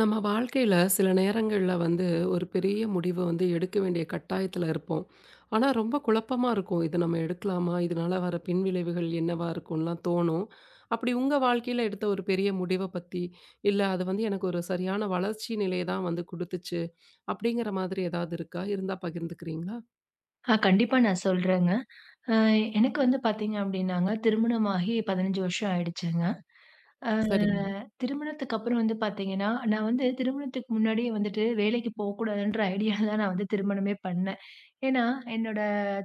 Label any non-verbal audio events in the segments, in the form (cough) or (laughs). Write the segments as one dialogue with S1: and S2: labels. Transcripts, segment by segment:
S1: நம்ம வாழ்க்கையில சில நேரங்கள்ல ஒரு பெரிய முடிவு எடுக்க வேண்டிய கட்டாயத்துல இருப்போம். ஆனா ரொம்ப குழப்பமா இருக்கும். இது நம்ம எடுக்கலாமா? இதனால வர பின்விளைவுகள் என்னவா இருக்கும்லாம் தோணும். அப்படி உங்க வாழ்க்கையில எடுத்த ஒரு பெரிய முடிவ பத்தி, இல்ல அது எனக்கு ஒரு சரியான வளர்ச்சி நிலைய தான் குடுத்துச்சு. அப்படிங்கிற மாதிரி ஏதாவது இருக்கா? இருந்தா பகிர்ந்துக்கிறீங்களா?
S2: கண்டிப்பா நான் சொல்றேங்க. அ எனக்கு வந்து பார்த்தீங்க அப்டின்னாங்க, திருமணமாகி 15 வருஷம் ஆயிடுச்சுங்க. அ
S1: சரிங்க.
S2: திருமணத்துக்கு அப்புறம் வந்து பார்த்தீங்கன்னா, நான் வந்து திருமணத்துக்கு முன்னாடியே வந்துட்டு வேலைக்கு போக்கூடாதுன்ற ஐடியால தான் நான் வந்து திருமணமே பண்ணேன். ஏன்னா, என்னோட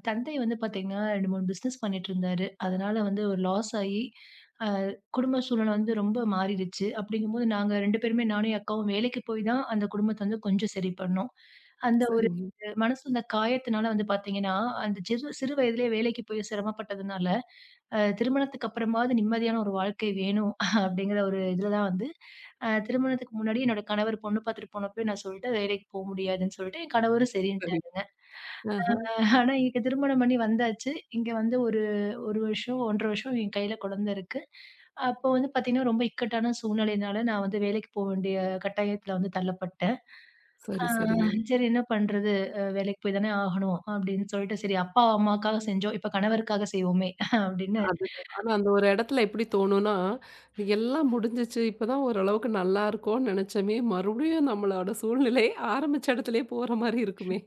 S2: தந்தை வந்து பார்த்தீங்கன்னா 2, 3 பிசினஸ் பண்ணிட்டுருந்தாரு. அதனால வந்து ஒரு லாஸ் ஆயி, அ குடும்ப சூழ்நிலை வந்து ரொம்ப மாறிடுச்சு. அப்டிங்கும்போது நாங்க 2 பேருமே நானும் என் அக்காவும் வேலைக்கு போய் தான் அந்த குடும்பத்த வந்து கொஞ்சம் சரி பண்ணோம். அந்த ஒரு
S1: சரிங்க.
S2: மனசு இந்த காயத்தினால வந்து பார்த்தீங்கன்னா, அந்த சிறு சிறு வயதிலேயே வேலைக்கு போய் சிரமப்பட்டதுனால, திருமணத்துக்கு அப்புறமாவது நிம்மதியான ஒரு வாழ்க்கை வேணும் அப்படிங்கிற ஒரு இதில தான் வந்து, திருமணத்துக்கு முன்னாடி என்னோட கணவர் பொண்ணு பார்த்துட்டு போனப்பயும் நான் சொல்லிட்டேன், வேலைக்கு போ முடியாதுன்னு சொல்லிட்டு, என் கணவரும்
S1: சரி.
S2: சரின்ட்டாருங்க.
S1: ஆஹ.
S2: ஆனா இங்க திருமணம் பண்ணி வந்தாச்சு. இங்க வந்து ஒரு 1 வருஷம், 1 1/2 வருஷம் என் கையில குழந்த இருக்கு. அப்போ வந்து பார்த்தீங்கன்னா, ரொம்ப இக்கட்டான சூழ்நிலையினால நான் வந்து வேலைக்கு போ வேண்டிய கட்டாயத்தில வந்து தள்ளப்பட்டேன். ஆ
S1: சரி, சரிங்க.
S2: சரி என்ன பண்றது? வேலைக்கு போய் தானே ஆகணும் அப்படின்னு சொல்லிட்டு, சரி அப்பா, அம்மாக்காக செஞ்சோம். இப்ப கணவருக்காக செய்வோமே அப்படின்னு.
S1: அதுதான். ஆனா அந்த ஒரு இடத்துல எப்படி தோணும்னா, எல்லாம் முடிஞ்சிச்சு. இப்பதான் ஓரளவுக்கு நல்லா இருக்கோம்னு நெனைச்சோமே! மறுபடியும் நம்மளோட சூழ்நிலை ஆரம்பிச்ச இடத்துலயே போற மாரி இருக்குமே!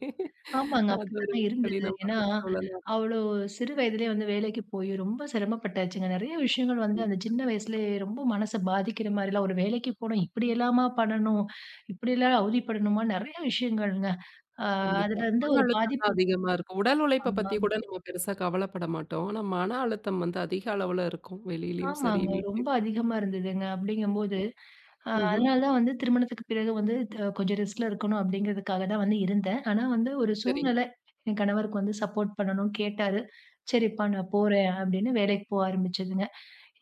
S2: ஆமாங்க.
S1: அது ஒரு
S2: அப்படித்தாங்க இருந்தது. ஏன்னா,
S1: கடினமான சூழலா இருக்கு.
S2: அவ்வளோ சிறு வயதிலே வந்து வேலைக்கு போய் ரொம்ப சிரமப்பட்டாச்சுங்க. நெறைய விஷயங்கள் வந்து அந்த சின்ன வயசுலயே ரொம்ப மனச பாதிக்கிற மாரிலாம், ஒரு வேலைக்கு போணும். இப்படியெல்லாமா பண்ணணும்? இப்படியெல்லாம் அவதிப்படணுமா? நெறைய விஷயங்கள்ங்க. ஆ
S1: கண்டிப்பா.
S2: அதுல இருந்து
S1: மன
S2: ஒரு
S1: அழுத்தம் தான்
S2: பாதிப்பு
S1: அதிகமா இருக்கும். உடல் உழைப்ப பத்தி
S2: ஆமாங்க.
S1: கூட நம்ம பெருசா கவலைப்பட மாட்டோம். ஆனா, மன அழுத்தம் அதிக அளவுல இருக்கும். வெளியிலயும் சரி,
S2: ஆமாங்க. ரொம்ப
S1: வீட்லயும்
S2: அதிகமா இருந்ததுங்க. அப்படிங்கும்போது
S1: சரி.
S2: அ
S1: ம்ஹ்ம்.
S2: அதனால தான் வந்து திருமணத்துக்கு பிறகு வந்து கொஞ்சம் ரெஸ்ட்ல இருக்கணும் அப்படிங்கிறதுக்காக தான் வந்து இருந்தேன். ஆனா வந்து ஒரு
S1: சரிங்க,
S2: சூழ்நிலை என் கணவருக்கு வந்து சப்போர்ட் பண்ணணும் கேட்டாரு. சரிப்பா நான் போறேன் அப்படின்னு வேலைக்கு போக ஆரம்பிச்சதுங்க.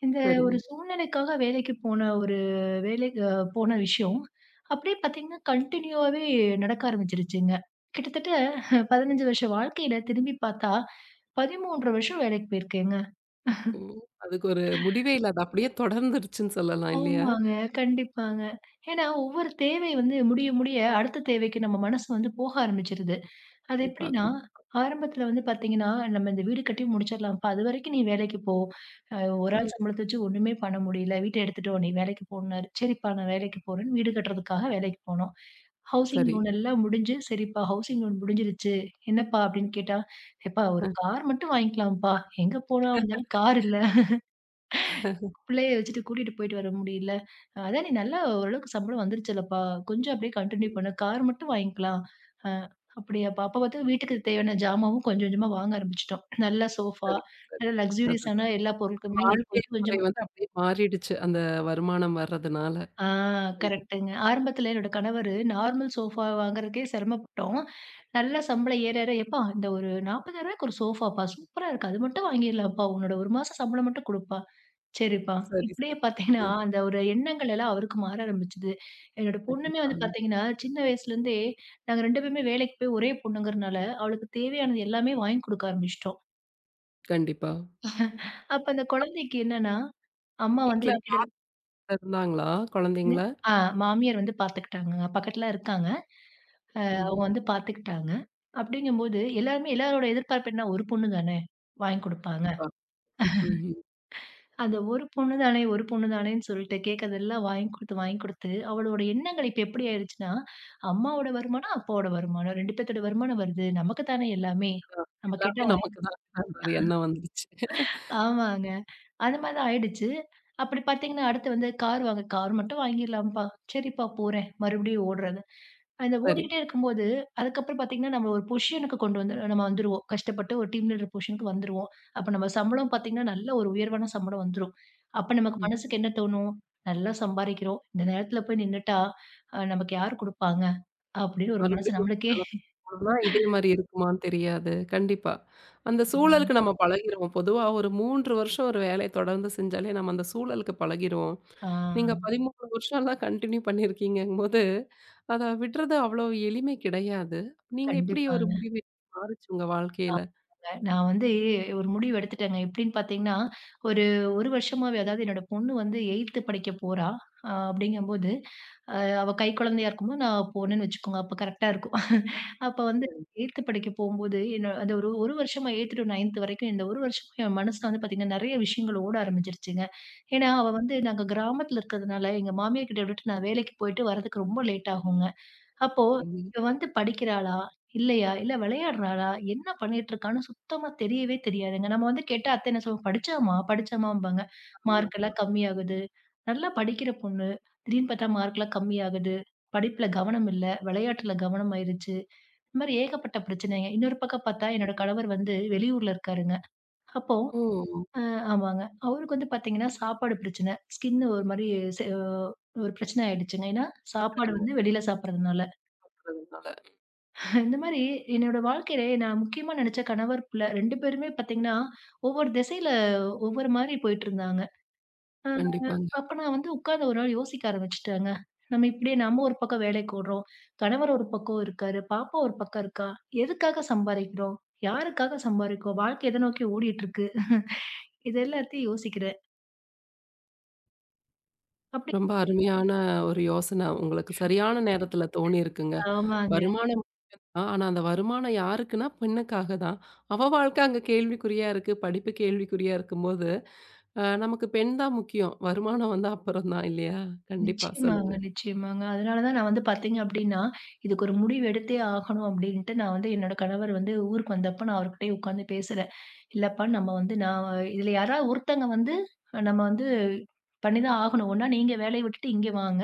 S2: இந்த
S1: சரிங்க.
S2: ஒரு சூழ்நிலைக்காக வேலைக்கு போன ஒரு வேலைக்கு போன விஷயம், அப்படியே பார்த்தீங்கன்னா கன்டினியூவாவே நடக்க ஆரம்பிச்சிருச்சுங்க. கிட்டத்தட்ட 15 வருஷ வாழ்க்கையில திரும்பி பார்த்தா 13 வருஷம் வேலைக்கு போயிருக்கேங்க.
S1: ம். அதுக்கு ஒரு முடிவே இல்ல. அது அப்படியே தொடர்ந்துருச்சுன்னு சொல்லலாம் இல்லையா?
S2: ஆமாங்க. கண்டிப்பாங்க. ஏன்னா ஒவ்வொரு தேவை வந்து முடிய, முடிய அடுத்த தேவைக்கு நம்ம மனசு வந்து போக ஆரம்பிச்சுருது. அது
S1: கண்டிப்பா.
S2: எப்படின்னா,
S1: கண்டிப்பா.
S2: ஆரம்பத்துல வந்து பாத்தீங்கன்னா, நம்ம இந்த வீடு கட்டி முடிச்சிடலாம்ப்பா. அதுவரைக்கும் நீ வேலைக்கு போ. அ ஒரு ஆள்
S1: ம்.
S2: சம்பளத்த வச்சு ஒண்ணுமே பண்ண முடியல. வீட்ட எடுத்துட்டோம். நீ வேலைக்கு போன்னாரு. சரிப்பா நான் வேலைக்கு போறேன்னு வீடு கட்டுறதுக்காக வேலைக்கு போனோம். ஹவுசிங்
S1: சரி,
S2: லோன் எல்லாம் முடிஞ்சு, சரிப்பா ஹவுசிங் லோன் முடிஞ்சிருச்சு. என்னப்பா அப்படின்னு கேட்டா, "எப்பா ஒரு கார் மட்டும் வாங்கிக்கலாம்ப்பா. எங்க போனா வந்தாலும் கார் இல்ல. பிள்ளைய வச்சுட்டு கூட்டிட்டு போயிட்டு வர முடியல. அதான் நீ நல்லா ஓரளவுக்கு சம்பளம் வந்துருச்சுல்லப்பா! கொஞ்சம் அப்படியே கன்டின்யூ பண்ணு. கார் மட்டும் வாங்கிக்கலாம். அ அப்படியாப்பா! அப்ப பாத்தா வீட்டுக்கு தேவையான ஜாமாவும் கொஞ்சம் கொஞ்சமா வாங்க ஆரம்பிச்சுட்டோம். நல்ல சோஃபா,
S1: சரிங்க, சரி.
S2: நல்ல
S1: அதான்.
S2: லக்ஸூரியஸான எல்லா பொருட்களுமே வந்து
S1: வாழ்க்கை
S2: கொஞ்சம்
S1: முறை
S2: கொஞ்சமா
S1: அப்படியே மாறிடுச்சு. அந்த வருமானம் வர்றதுனால.
S2: ஆ
S1: கண்டிப்பா.
S2: கரெக்ட்டுங்க. ஆரம்பத்துல என்னோட கணவரு நார்மல் சோஃபா வாங்குறதுக்கே சிரமப்பட்டோம். நல்லா சம்பளம் ஏற, ஏற "எப்பா இந்த ஒரு ரூ. 40,000க்கு ஒரு சோஃபாப்பா சூப்பரா இருக்கு. அது மட்டும் வாங்கிடலாம்ப்பா. உன்னோட 1 மாசம் சம்பளம் மட்டும் குடுப்பா." சரிப்பா.
S1: சரி,
S2: இப்படியே பார்த்தீங்கன்னா,
S1: சரி.
S2: அந்த ஒரு எண்ணங்கள் எல்லாம் அவருக்கு மாற ஆரம்பிச்சுது. என்னோட பொண்ணுமே வந்து
S1: கண்டிப்பாங்க.
S2: பார்த்தீங்கன்னா, சின்ன வயசுலேருந்தே நாங்க 2 பேருமே வேலைக்கு போய் ஒரே பொண்ணுங்கிறனால, அவளுக்கு தேவையானது எல்லாமே வாங்கி கொடுக்க ஆரம்பிச்சுட்டோம்.
S1: கண்டிப்பா.
S2: அப்ப அந்த குழந்தைக்கு என்னன்னா, அம்மா வந்து
S1: வீட்ல
S2: எதுக்கிட
S1: இருந்தாங்களா குழந்தைங்களா?
S2: ஆ மாமியார் வந்து பார்த்துக்கிட்டாங்கங்க. பக்கத்துல இருக்காங்க. அவங்க
S1: ம்.
S2: வந்து பார்த்துக்கிட்டாங்க. அப்படிங்கும்போது எல்லாருமே எல்லாரோட எதிர்பார்ப்பு என்ன? ஒரு பொண்ணு தானே வாங்கி குடுப்பாங்க.
S1: கண்டிப்பா. ம், ம். ம்.
S2: அந்த ஒரு பொண்ணு தானே, ஒரு பொண்ணு தானேன்னு சொல்லிட்டு கேட்கறதெல்லாம் வாங்கி குடுத்து, வாங்கி குடுத்து அவளோட எண்ணங்கள் இப்ப எப்படி ஆயிடுச்சுன்னா, அம்மாவோட வருமானம், அப்பாவோட வருமானம் 2 பேத்தோட வருமானம் வருது. நமக்கு தானே எல்லாமே. நம்ம கேட்டா
S1: எல்லாமே
S2: வாங்கி
S1: நமக்கு தான் (laughs) அந்த ஒரு எண்ணம் வந்துருச்சு.
S2: ஆமாங்க. அந்த மாரி தான் ஆயிடுச்சு. அப்படி பார்த்தீங்கன்னா, அடுத்து வந்து கார் வாங்க கார் மட்டும் வாங்கிர்லாம்ப்பா. சரிப்பா போறேன். மறுபடியும் ஓடுறது. அந்த
S1: சரி.
S2: ஓடிக்கிட்டே இருக்கும்போது, அதுக்கப்புறம் பார்த்தீங்கன்னா, நம்ம ஒரு பொசிஷனுக்கு கொண்டு வந்து நம்ம வந்துருவோம். கஷ்டப்பட்டு ஒரு டீம் லீடர் பொசிஷனுக்கு வந்துருவோம். அப்ப நம்ம சம்பளம் பார்த்தீங்கன்னா, நல்ல ஒரு உயர்வான சம்பளம் வந்துரும். அப்ப நமக்கு மனசுக்கு என்ன தோணும்? நல்லா சம்பாரிக்கிறோம். இந்த நேரத்துல போய் நின்னுட்டா, நமக்கு யார் குடுப்பாங்க? அப்படின்னு ஒரு மனசு
S1: மறுபடியும் ஒரு
S2: நம்மளுக்கே
S1: நிலைமைக்கு போனோம்னா, இதே மாரி இருக்குமான்னு தெரியாது. கண்டிப்பா. அந்த சூழலுக்கு நம்ம பழகிருவோம். பொதுவா ஒரு 3 வருஷம் ஒரு வேலைய தொடர்ந்து செஞ்சாலே நம்ம அந்த சூழலுக்கு பழகிருவோம்.
S2: ஆ
S1: நீங்க 13 வருஷம்லாம் கன்டின்யூ பண்ணியிருக்கீங்கங்கும்போது, அத விடுறது அவ்வளோ எளிமை கிடையாது. நீங்க எப்படி ஒரு
S2: கண்டிப்பாங்க.
S1: முடிவு மாறுச்சு உங்க வாழ்க்கையில?
S2: நான் வந்து ஒரு முடிவு எடுத்துட்டேங்க. எப்படின்னு பார்த்தீங்கன்னா, ஒரு 1 வருஷமாவே அதாவது என்னோட பொண்ணு வந்து 8த் படிக்க போறா. அப்படிங்கும்போது, அ அவ கைக்குழந்தையா இருக்கும்போது நான் போனேன்னு வச்சுக்கோங்க. அப்ப கரெக்ட்டா இருக்கும். அப்ப வந்து 8த் படிக்க போம்போது, என்ன அந்த ஒரு 1 வருஷமா 8த் டூ 9த் வரைக்கும் இந்த 1 வருஷமா என் மனசுல வந்து பார்த்தீங்கன்னா, நெறைய விஷயங்கள் ஓட ஆரம்பிச்சிருச்சுங்க. ஏன்னா, அவ வந்து நாங்க கிராமத்துல இருக்கிறதுனால, எங்க மாமியார் கிட்ட விட்டுட்டு நான் வேலைக்கு போயிட்டு வரதுக்கு ரொம்ப லேட் ஆகுங்க. அப்போ
S1: சரிங்க.
S2: இவ வந்து படிக்கிறாளா? இல்லையா? இல்ல விளையாடுறாளா? என்ன பண்ணிட்டு இருக்கான்னு சுத்தமா தெரியவே தெரியாதுங்க. நம்ம வந்து கேட்டா அத்தை என்ன சொல்லுவாங்க, "படிச்சாம்மா, படிச்சாம்மாம்பாங்க." மார்க் எல்லாம் கம்மியாகுது. நல்லா படிக்கிற பொண்ணு. திடீர்னு பார்த்தா மார்க்லாம் கம்மியாகுது. படிப்புல கவனம் இல்ல. விளையாட்டுல கவனம் ஆயிருச்சு. இந்த மாரி ஏகப்பட்ட பிரச்சனைங்க. இன்னொரு பக்கம் பார்த்தா என்னோட கணவர் வந்து வெளியூர்ல இருக்காருங்க. அப்போ
S1: ஓ!
S2: அ ஆமாங்க. அவருக்கு வந்து பார்த்தீங்கன்னா, சாப்பாடு பிரச்சனை. ஸ்கின் ஒரு மாரி செ ஒரு பிரச்சனை ஆயிடுச்சுங்க. ஏன்னா சாப்பாடு
S1: சரிங்க.
S2: வந்து வெளியில சாப்பிடுறதுனால.
S1: சொல்றதுனால.
S2: இந்த மாரி என்னோட வாழ்க்கையில நான் முக்கியமா நெனச்ச கணவர், புள்ள 2 பேருமே பாத்தீங்கன்னா, ஒவ்வொரு திசையில ஒவ்வொரு மாரி போயிட்டுருந்தாங்க. அ
S1: கண்டிப்பாங்க.
S2: அப்ப நான் வந்து உட்கார்ந்து ஒரு நாள் யோசிக்க ஆரம்பிச்சுட்டேங்க. நம்ம இப்படியே நம்ம ஒரு பக்கம் வேலைக்கு ஓடுறோம். கணவர் ஒரு பக்கம் இருக்காரு. பாப்பா ஒரு பக்கம் இருக்கா. எதுக்காக சம்பாரிக்கிறோம்? யாருக்காக சம்பாரிக்கிறோம்? வாழ்க்கை எத நோக்கி ஓடிட்டு இருக்கு? (laughs) இது எல்லாத்தையும் யோசிக்கிறேன். அப்படி
S1: ரொம்ப அருமையான ஒரு யோசனை உங்களுக்கு சரியான நேரத்துல தோணியிருக்குங்க.
S2: ஆமாங்க.
S1: வருமானம் ஆ, ஆனா அந்த வருமானம் யாருக்குன்னா பெண்ணுக்காக தான். அவ வாழ்க்கை அங்க கேள்விக்குறியா இருக்கு. படிப்பு கேள்விக்குறியா இருக்கும்போது, நமக்கு பெண் தான் முக்கியம். வருமானம் அப்புறம் தான் இல்லையா? கண்டிப்பா
S2: நிச்சயமாங்க,
S1: சொல்லுங்க.
S2: நிச்சயமாங்க. அதனால தான் நான் வந்து பார்த்தீங்க அப்டின்னா, இதுக்கு ஒரு முடிவு எடுத்தே ஆகணும் அப்டின்ட்டு நான் வந்து என்னோட கணவர் வந்து ஊருக்கு வந்தப்ப நான் அவர்கிட்டயே உட்காந்து பேசுறேன். இல்லப்பா நம்ம வந்து நான் இதுல யாராவது ஒருத்தங்க வந்து நம்ம வந்து பண்ணி தான் ஆகணும். ஒண்ணா நீங்க வேலைய விட்டுட்டு இங்க வாங்க.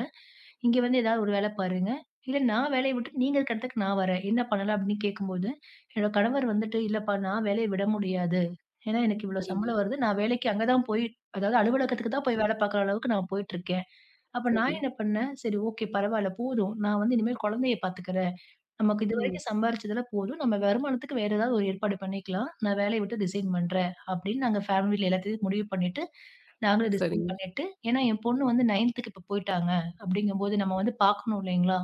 S2: இங்க வந்து ஏதாவது ஒரு வேலை பாருங்க. இல்ல நான் வேலைய விட்டு நீங்க இருக்க இடத்துக்கு நான் வரேன். என்ன பண்ணலாம் அப்படின்னு கேட்கும்போது, என்னோட கணவர் வந்துட்டு, "இல்லப்பா நான் வேலைய விட முடியாது. ஏன்னா எனக்கு இவ்வளோ
S1: சரிங்க.
S2: சம்பளம் வருது. நான் வேலைக்கு அங்க தான் போய் அதாவது அலுவலகத்துக்கு தான் போய்
S1: ம்.
S2: வேலை பார்க்குற அளவுக்கு நான் போயிட்டுருக்கேன்." அப்ப நான்
S1: சரி.
S2: என்ன பண்ணேன், "சரி ஓகே பரவால்ல போதும். நான் வந்து இனிமேல் குழந்தைய பார்த்துக்கிறேன்." நமக்கு
S1: ம்.
S2: இதுவரைக்கும் சம்பாரிச்சதுல போதும். நம்ம வருமானத்துக்கு வேற ஏதாவது ஒரு ஏற்பாடு பண்ணிக்கலாம். நான் வேலைய விட்டு ரிசைன் பண்றேன் அப்படின்னு நாங்க ஃபேமிலில எல்லாத்தையும் முடிவு பண்ணிட்டு, நாங்களும் ரிசைன்
S1: சரிங்க.
S2: பண்ணிட்டு, ஏன்னா என் பொண்ணு வந்து 9த்துக்கு இப்ப போயிட்டாங்க. அப்படிங்கும்போது நம்ம வந்து பார்க்கணும் இல்லைங்களா?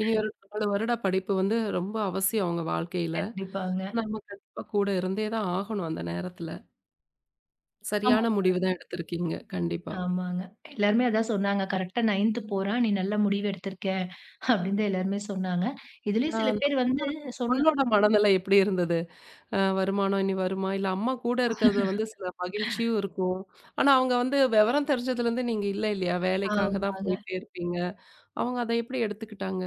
S1: இனி ஒரு 4 வருட படிப்பு ரொம்ப அவசியம் அவங்க வாழ்க்கையில.
S2: கண்டிப்பாங்க.
S1: நம்ம கண்டிப்பா கூட இருந்தே தான் ஆகணும் அந்த நேரத்துல.
S2: ஆமா,
S1: சரியான முடிவு தான் எடுத்திருக்கீங்க. கண்டிப்பா.
S2: ஆமாங்க. எல்லாருமே அதான் சொன்னாங்க. கரெக்ட்டா 9த் போறா. நீ நல்ல முடிவு எடுத்திருக்க அப்படின்னு தான் எல்லாருமே சொன்னாங்க. இதுலயும்
S1: ஆ
S2: சில
S1: அந்த
S2: பேர் வந்து
S1: பொண்ணோட
S2: சொன்ன
S1: பொண்ணோட மனநிலை எப்படி இருந்தது? வருமானம் இனி வருமா? இல்ல அம்மா கூட இருக்கிறது சில மகிழ்ச்சியும் இருக்கும். ஆனா அவங்க விவரம் தெரிஞ்சதுலேருந்து நீங்க இல்ல இல்லையா? வேலைக்காக தான்
S2: ஆமாங்க.
S1: போயிட்டே இருப்பீங்க. அவங்க அத எப்படி எடுத்துக்கிட்டாங்க?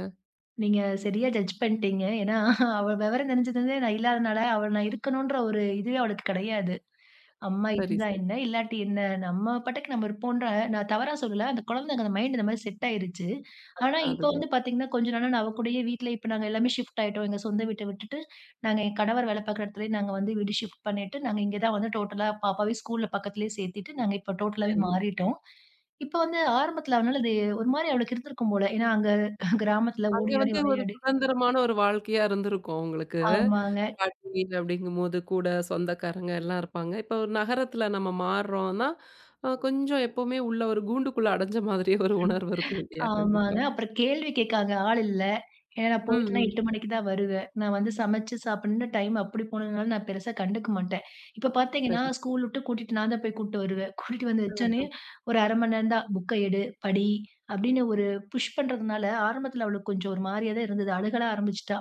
S2: நீங்க சரியா ஜட்ஜ் பண்ணிட்டீங்க. ஏன்னா அவ விவரம் தெரிஞ்சதுலருந்தே நான் இல்லாதனால அவள் நான் இருக்கணுன்ற ஒரு இதுவே அவளுக்கு கிடையாது. அம்மா
S1: சரி,
S2: இருந்தா
S1: சரி.
S2: என்ன? இல்லாட்டி என்ன? நம்ம பாட்டுக்கு நம்ம இருப்போன்ற நான் தவறா சொல்லல. அந்த குழந்தைங்க அந்த மைண்ட் இந்த மாரி செட் ஆயிருச்சு. ஆனா, இப்ப வந்து
S1: அதுதான்.
S2: பாத்தீங்கன்னா, கொஞ்ச நாளா நான் அவ கூடயே வீட்ல இப்ப நாங்க எல்லாமே ஷிஃப்ட் ஆயிட்டோம். எங்க சொந்த வீட்ட விட்டுட்டு, என் கணவர் வேலை பாக்குற இடத்துலயே நாங்க வந்து வீடு ஷிஃப்ட் பண்ணிட்டு, நாங்க இங்க தான் வந்து டோட்டலா பாப்பாவையும் ஸ்கூல்ல பக்கத்துலயே சேர்த்துட்டு, நாங்க இப்ப டோட்டலாவே
S1: சரிங்க.
S2: மாறிட்டோம். இப்ப வந்து ஆரம்பத்துல அவனால அது ஒரு மாரி அவளுக்கு இருந்திருக்கும் போல. ஏன்னா, அங்க கிராமத்துல
S1: அங்க
S2: ஓடி ஆடி
S1: ஒரு
S2: விளையாடி
S1: சுதந்திரமான ஒரு வாழ்க்கையா இருந்திருக்கும் உங்களுக்கு.
S2: ஆமாங்க.
S1: பாட்டி அப்படிங்கும்போது கூட சொந்தக்காரங்க எல்லாம் இருப்பாங்க. இப்போ ஒரு நகரத்துல நம்ம மாறுறோம்னா, கொஞ்சம் எப்பவுமே உள்ள ஒரு கூண்டுக்குள்ள அடைஞ்ச மாதிரியே ஒரு உணர்வு இருக்கும் இல்லையா?
S2: ஆமாங்க.
S1: கண்டிப்பா.
S2: அப்புறம் கேள்வி கேட்க அங்க ஆள் இல்ல. ஏன்னா நான்
S1: ம்,
S2: போயிட்டேன்னா
S1: ம்.
S2: 8
S1: ம்.
S2: மணிக்கு தான் வருவேன். நான் வந்து சமைச்சு சாப்பிடணும்னு டைம் அப்படி போனதுனால நான் பெருசா கண்டுக்க மாட்டேன். இப்ப பார்த்தீங்கன்னா,
S1: சரி.
S2: ஸ்கூல் விட்டு கூட்டிட்டு நான் தான் போய் கூட்டிட்டு வருவேன். கூட்டிட்டு வந்து வச்சோனே
S1: அ
S2: ஒரு 1/2 மணி நேரம் தான் புக்க எடு, படி அப்படின்னு ஒரு புஷ் பண்றதுனால ஆரம்பத்துல அவளுக்கு கொஞ்சம் ஒரு மாரியா தான் இருந்தது. அழுகலாம் ஆரம்பிச்சுட்டா.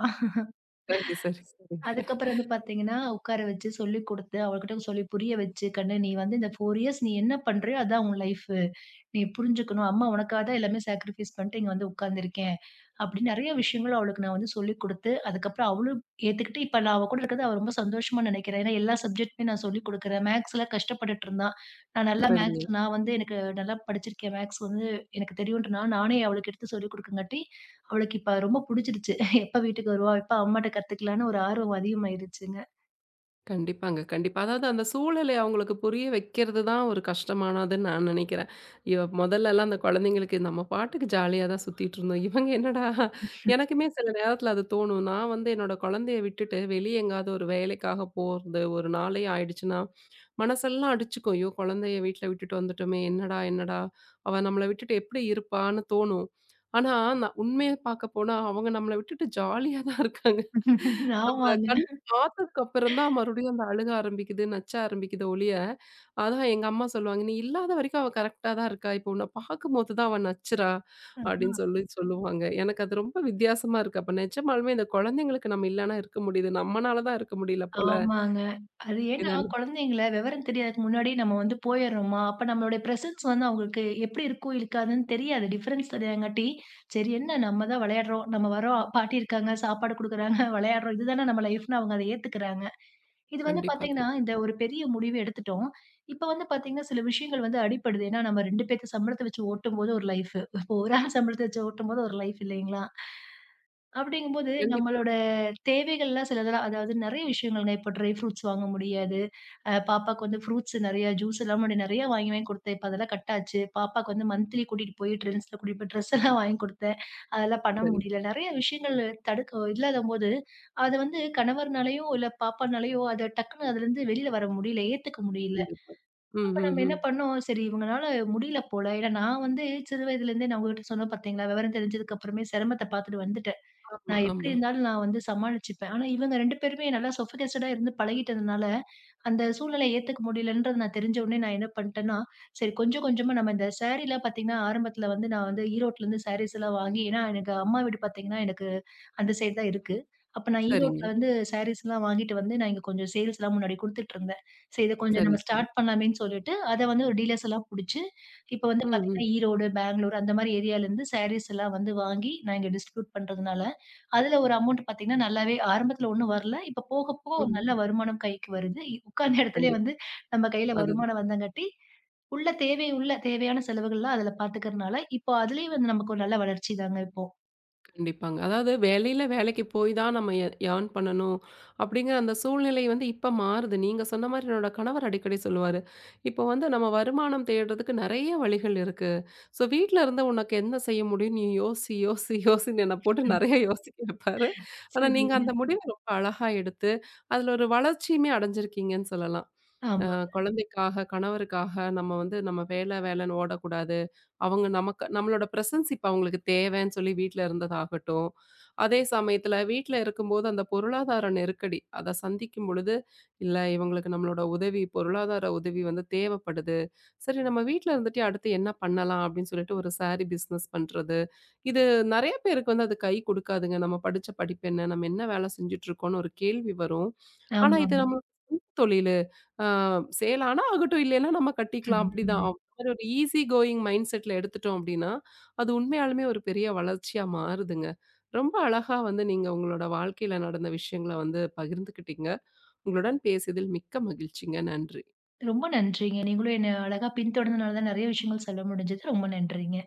S1: சரி, சரி, சரி.
S2: அதுக்கப்புறம் வந்து பார்த்தீங்கன்னா, உட்கார வச்சு சொல்லிக் குடுத்து, அவகிட்ட சொல்லி புரிய வச்சு, "கண்ணு நீ வந்து இந்த 4 இயர்ஸ் நீ என்ன பண்றியோ அதான் உன் லைஃபு. நீ புரிஞ்சுக்கணும். அம்மா உனக்காக தான் எல்லாமே சாக்ரிஃபைஸ் பண்ணிட்டு இங்க வந்து உட்கார்ந்துருக்கேன்." அப்படின்னு நெறைய விஷயங்கள் அவளுக்கு நான் வந்து சொல்லிக் குடுத்து, அதுக்கப்புறம் அவளும் ஏத்துக்கிட்டு, இப்ப நான் அவ கூட இருக்கிறது அவ ரொம்ப சந்தோஷமா நினைக்கிறேன். ஏன்னா எல்லா சப்ஜெக்ட்டுமே நான் சொல்லிக் குடுக்குறேன். மேக்ஸ்ல கஷ்டப்பட்டுட்டு இருந்தா. நான் நல்லா
S1: சரிங்க.
S2: மேக்ஸ் நான் வந்து எனக்கு நல்லா படிச்சிருக்கேன். மேக்ஸ் வந்து எனக்கு தெரியுன்றனால நானே அவளுக்கு எடுத்து சொல்லிக் குடுக்கங்காட்டி, அவளுக்கு இப்ப ரொம்ப புடிச்சிருச்சு. எப்ப வீட்டுக்கு வருவா? எப்ப அம்மாட்ட கத்துக்கலான்னு ஒரு ஆர்வம் அதிகமாயிருச்சுங்க.
S1: கண்டிப்பாங்க, கண்டிப்பா. அதாவது அந்த சூழலை அவங்களுக்கு புரிய வைக்கிறது தான் ஒரு கஷ்டமானதுன்னு நான் நினைக்கிறேன். இவ மொதல்லலாம் அந்த குழந்தைங்களுக்கு நம்ம பாட்டுக்கு ஜாலியா தான் சுத்திட்டுருந்தோம். இவங்க என்னடா எனக்குமே சில நேரத்தில அது தோணும். நான் என்னோட குழந்தைய விட்டுட்டு வெளிய எங்கேயாவது ஒரு வேலைக்காக போறது, ஒரு நாளே ஆயிடுச்சுன்னா, மனசெல்லாம் அடிச்சுக்கும். ஐயோ! குழந்தைய வீட்ல விட்டுட்டு வந்துட்டோமே! என்னடா, என்னடா? அவ நம்மள விட்டுட்டு எப்படி இருப்பான்னு தோணும். ஆனா, நான் உண்மைய பார்க்க போனா அவங்க நம்மள விட்டுட்டு ஜாலியா தான் இருக்காங்க. நம்மள
S2: ஆமாங்க.
S1: கண் பார்த்ததுக்கு அப்புறம் தான் மறுபடியும் அந்த அழுக ஆரம்பிக்குது, நச்ச ஆரம்பிக்குது ஒழிய, அதான் எங்க அம்மா சொல்லுவாங்க, "நீ இல்லாத வரைக்கும் அவ கரெக்ட்டா தான் இருக்கா. இப்போ உன்ன பார்க்கும்போது தான் அவ நச்சுறா" அப்படின்னு சொல்லி சொல்லுவாங்க. எனக்கு அது ரொம்ப வித்தியாசமா இருக்கு. அப்ப நிஜமாலுமே இந்த குழந்தைங்களுக்கு நம்ம இல்லன்னா இருக்க முடியுது. நம்மனால தான் இருக்க முடியல போல.
S2: ஆமாங்க. அது ஏன்னா
S1: என்னன்னு
S2: குழந்தைங்கள விவரம் தெரியாததுக்கு முன்னாடி நம்ம வந்து போயிர்றோமா, அப்ப நம்மளுடைய பிரசன்ஸ் வந்து அவங்களுக்கு எப்படி இருக்கும், இருக்காதுன்னு தெரியாது. டிஃபரன்ஸ் தெரியாதங்காட்டி, சரி என்ன நம்ம தான் விளையாடுறோம், நம்ம வர்றோம், பாட்டி இருக்காங்க, சாப்பாடு குடுக்குறாங்க, விளையாடுறோம். இதுதானே நம்ம லைஃப்ன்னு அவங்க அத ஏத்துக்கிறாங்க. இது வந்து
S1: கண்டிப்பா,
S2: பாத்தீங்கன்னா, இந்த ஒரு பெரிய முடிவு எடுத்துட்டோம். இப்ப வந்து பாத்தீங்கன்னா, சில விஷயங்கள் வந்து அடிபடுது. ஏன்னா, நம்ம 2 பேத்து சம்பளத்த வச்சு ஓட்டும்போது ஒரு லைஃபு. இப்போ ஒரு ஆள் சம்பளத்த வச்சு ஓட்டும்போது ஒரு லைஃப் இல்லைங்களா? அப்படிங்கும்போது,
S1: கண்டிப்பா.
S2: நம்மளோட தேவைகள்லாம் சிலதெல்லாம் அதாவது நெறைய விஷயங்கள்ங்க. இப்போ ட்ரை ஃப்ரூட்ஸ் வாங்க முடியாது. பாப்பாக்கு வந்து ஃப்ரூட்ஸ் நெறைய ஜூஸ் எல்லாம் முன்னாடி நெறைய வாங்கி வாங்கி குடுத்தேன். இப்ப அதெல்லாம் கட் ஆச்சு. பாப்பாக்கு வந்து மந்த்லி கூட்டிட்டு போய் ட்ரெண்ட்ஸ்ல கூட்டிட்டு போய் ட்ரெஸ் எல்லாம் வாங்கி குடுத்தேன். அதெல்லாம் பண்ண
S1: சரி.
S2: முடியல. நெறைய விஷயங்கள் தடுக்க இல்லாதம்போது, அது வந்து கணவர்னாலயோ, இல்ல பாப்பானாலயோ அத டக்குன்னு அதுலருந்து வெளில வர முடியல. ஏத்துக்க முடியல.
S1: கண்டிப்பா. ம்,
S2: அப்ப
S1: ம்,
S2: நம்ம என்ன
S1: ம்.
S2: பண்ணோம், சரி இவங்கனால முடியல போல. ஏன்னா நான் வந்து சிறு வயதுலேருந்தே நான் உங்ககிட்ட சொன்னேன் பார்த்தீங்களா, விவரம் தெரிஞ்சதுக்கு அப்புறமே சிரமத்த பார்த்துட்டு வந்துட்டேன்.
S1: ஆமா,
S2: நான் எப்படி
S1: ஆமா.
S2: இருந்தாலும் நான் வந்து சமாளிச்சுப்பேன். ஆனா இவங்க 2 பேருமே நல்லா சொஃபிகேஸ்டடா இருந்து பழகிட்டதுனால, அந்த சூழ்நிலைய ஏத்துக்க முடியலன்றது நான் தெரிஞ்ச உடனே நான் என்ன பண்ட்டேன்னா, சரி கொஞ்சம் கொஞ்சமா நம்ம இந்த சாரீலாம் பார்த்தீங்கன்னா, ஆரம்பத்தில வந்து நான் வந்து ஈரோட்லருந்து சாரீஸ்லாம் வாங்கி ஏன்னா எனக்கு அம்மா வீடு பார்த்தீங்கன்னா, எனக்கு அந்த சைடு தான் இருக்கு. அப்ப நான் ஈரோட்ல
S1: சரிங்க.
S2: வந்து சாரீஸ்லாம் வாங்கிட்டு வந்து நான் இங்க கொஞ்சம் சேல்ஸ்லாம் முன்னாடி குடுத்துட்டுருந்தேன். சரி இத கொஞ்சம்
S1: சரி,
S2: நம்ம
S1: சரி.
S2: ஸ்டார்ட் பண்ணலாமேன்னு சொல்லிட்டு, அத வந்து ஒரு டீலர்ஸ் எல்லாம் புடிச்சு, இப்ப வந்து
S1: ம், ம்,
S2: பார்த்தீங்கன்னா, ஈரோடு, பெங்களூர் அந்த மாரி ஏரியாலருந்து சாரீஸ்லாம் வந்து வாங்கி நான் இங்க டிஸ்ட்ரிபியூட் பண்றதுனால, அதுல ஒரு அமௌண்ட் பார்த்தீங்கன்னா, நல்லாவே ஆரம்பத்துல ஒண்ணும் வரல. இப்ப போக போக ஒரு நல்ல
S1: ம்.
S2: வருமானம் கைக்கு வருது. இ உட்கார்ந்த இடத்துலயே
S1: கண்டிப்பா.
S2: வந்து நம்ம கையில
S1: அது
S2: வருமானம் வந்தங்காட்டி, உள்ள தேவை உள்ள தேவையான செலவுகள்லாம் அதுல பார்த்துக்கிறனால, இப்போ அதுலயே வந்து நமக்கு ஒரு நல்ல வளர்ச்சி தாங்க இப்போ.
S1: கண்டிப்பாங்க. அதாவது வேலையில வேலைக்கு போய் தான் நம்ம ஏர்ன் பண்ணணும் அப்படிங்கிற அந்த சூழ்நிலை இப்ப மாறுது. நீங்க சொன்ன மாரி என்னோட கணவர் அடிக்கடி சொல்லுவாரு. இப்போ நம்ம வருமானம் தேடுறதுக்கு நெறைய வழிகள் இருக்கு. ஸோ வீட்ல இருந்து உனக்கு என்ன செய்ய முடியும்? நீ யோசி, யோசின்னு என்ன போட்டு
S2: ம்.
S1: நெறைய யோசிக்க வைப்பாரு. ஆனா நீங்க
S2: சரிங்க.
S1: அந்த முடிவ (laughs) ரொம்ப அழகா எடுத்து அதுல ஒரு வளர்ச்சியுமே அடைஞ்சிருக்கீங்கன்னு சொல்லலாம். அ
S2: ஆமா,
S1: குழந்தைக்காக, கணவருக்காக நம்ம நம்ம வேல வேலைன்னு ஓடக்கூடாது. அவங்க நமக்கு நம்மளோட பிரசன்ஸ் இப்ப அவங்களுக்கு தேவைன்னு சொல்லி வீட்ல இருந்ததாகட்டும். அதே சமயத்துல வீட்ல இருக்கும்போது அந்த பொருளாதார நெருக்கடி, அத சந்திக்கும் பொழுது, இல்ல இவங்களுக்கு நம்மளோட உதவி, பொருளாதார உதவி தேவைப்படுது. சரி நம்ம வீட்ல இருந்துட்டே அடுத்து என்ன பண்ணலாம் அப்படின்னு சொல்லிட்டு ஒரு சாரி பிசினஸ் பண்றது. இது நெறைய பேருக்கு அது கை கொடுக்காதுங்க. நம்ம படிச்ச படிப்பு என்ன? நம்ம என்ன வேலை செஞ்சுட்டு இருக்கோம்னு ஒரு கேள்வி வரும். ஆனா இது
S2: ஆமாங்க.
S1: நம்ம சொந்த தொழிலு. ஆ சேல் ஆனா ஆகட்டும், இல்லைன்னா நம்ம கட்டிக்கலாம்
S2: ம்,
S1: அப்படிதான்.
S2: ம்.
S1: மாதிரி ஒரு ஈஸி கோயிங் மைண்ட் செட்ல எடுத்துட்டோம் அப்படின்னா, அது உண்மையாலுமே ஒரு பெரிய வளர்ச்சியா மாறுதுங்க. ரொம்ப அழகா நீங்க உங்களோட வாழ்க்கையில நடந்த விஷயங்கள பகிர்ந்துக்கிட்டீங்க. உங்களுடன் பேசியதில் மிக்க மகிழ்ச்சிங்க. நன்றி.
S2: ரொம்ப நன்றிங்க. நீங்களும் என்ன அழகா பின்தொடர்ந்தனால தான் நெறைய விஷயங்கள் சொல்ல முடிஞ்சது. ரொம்ப நன்றிங்க.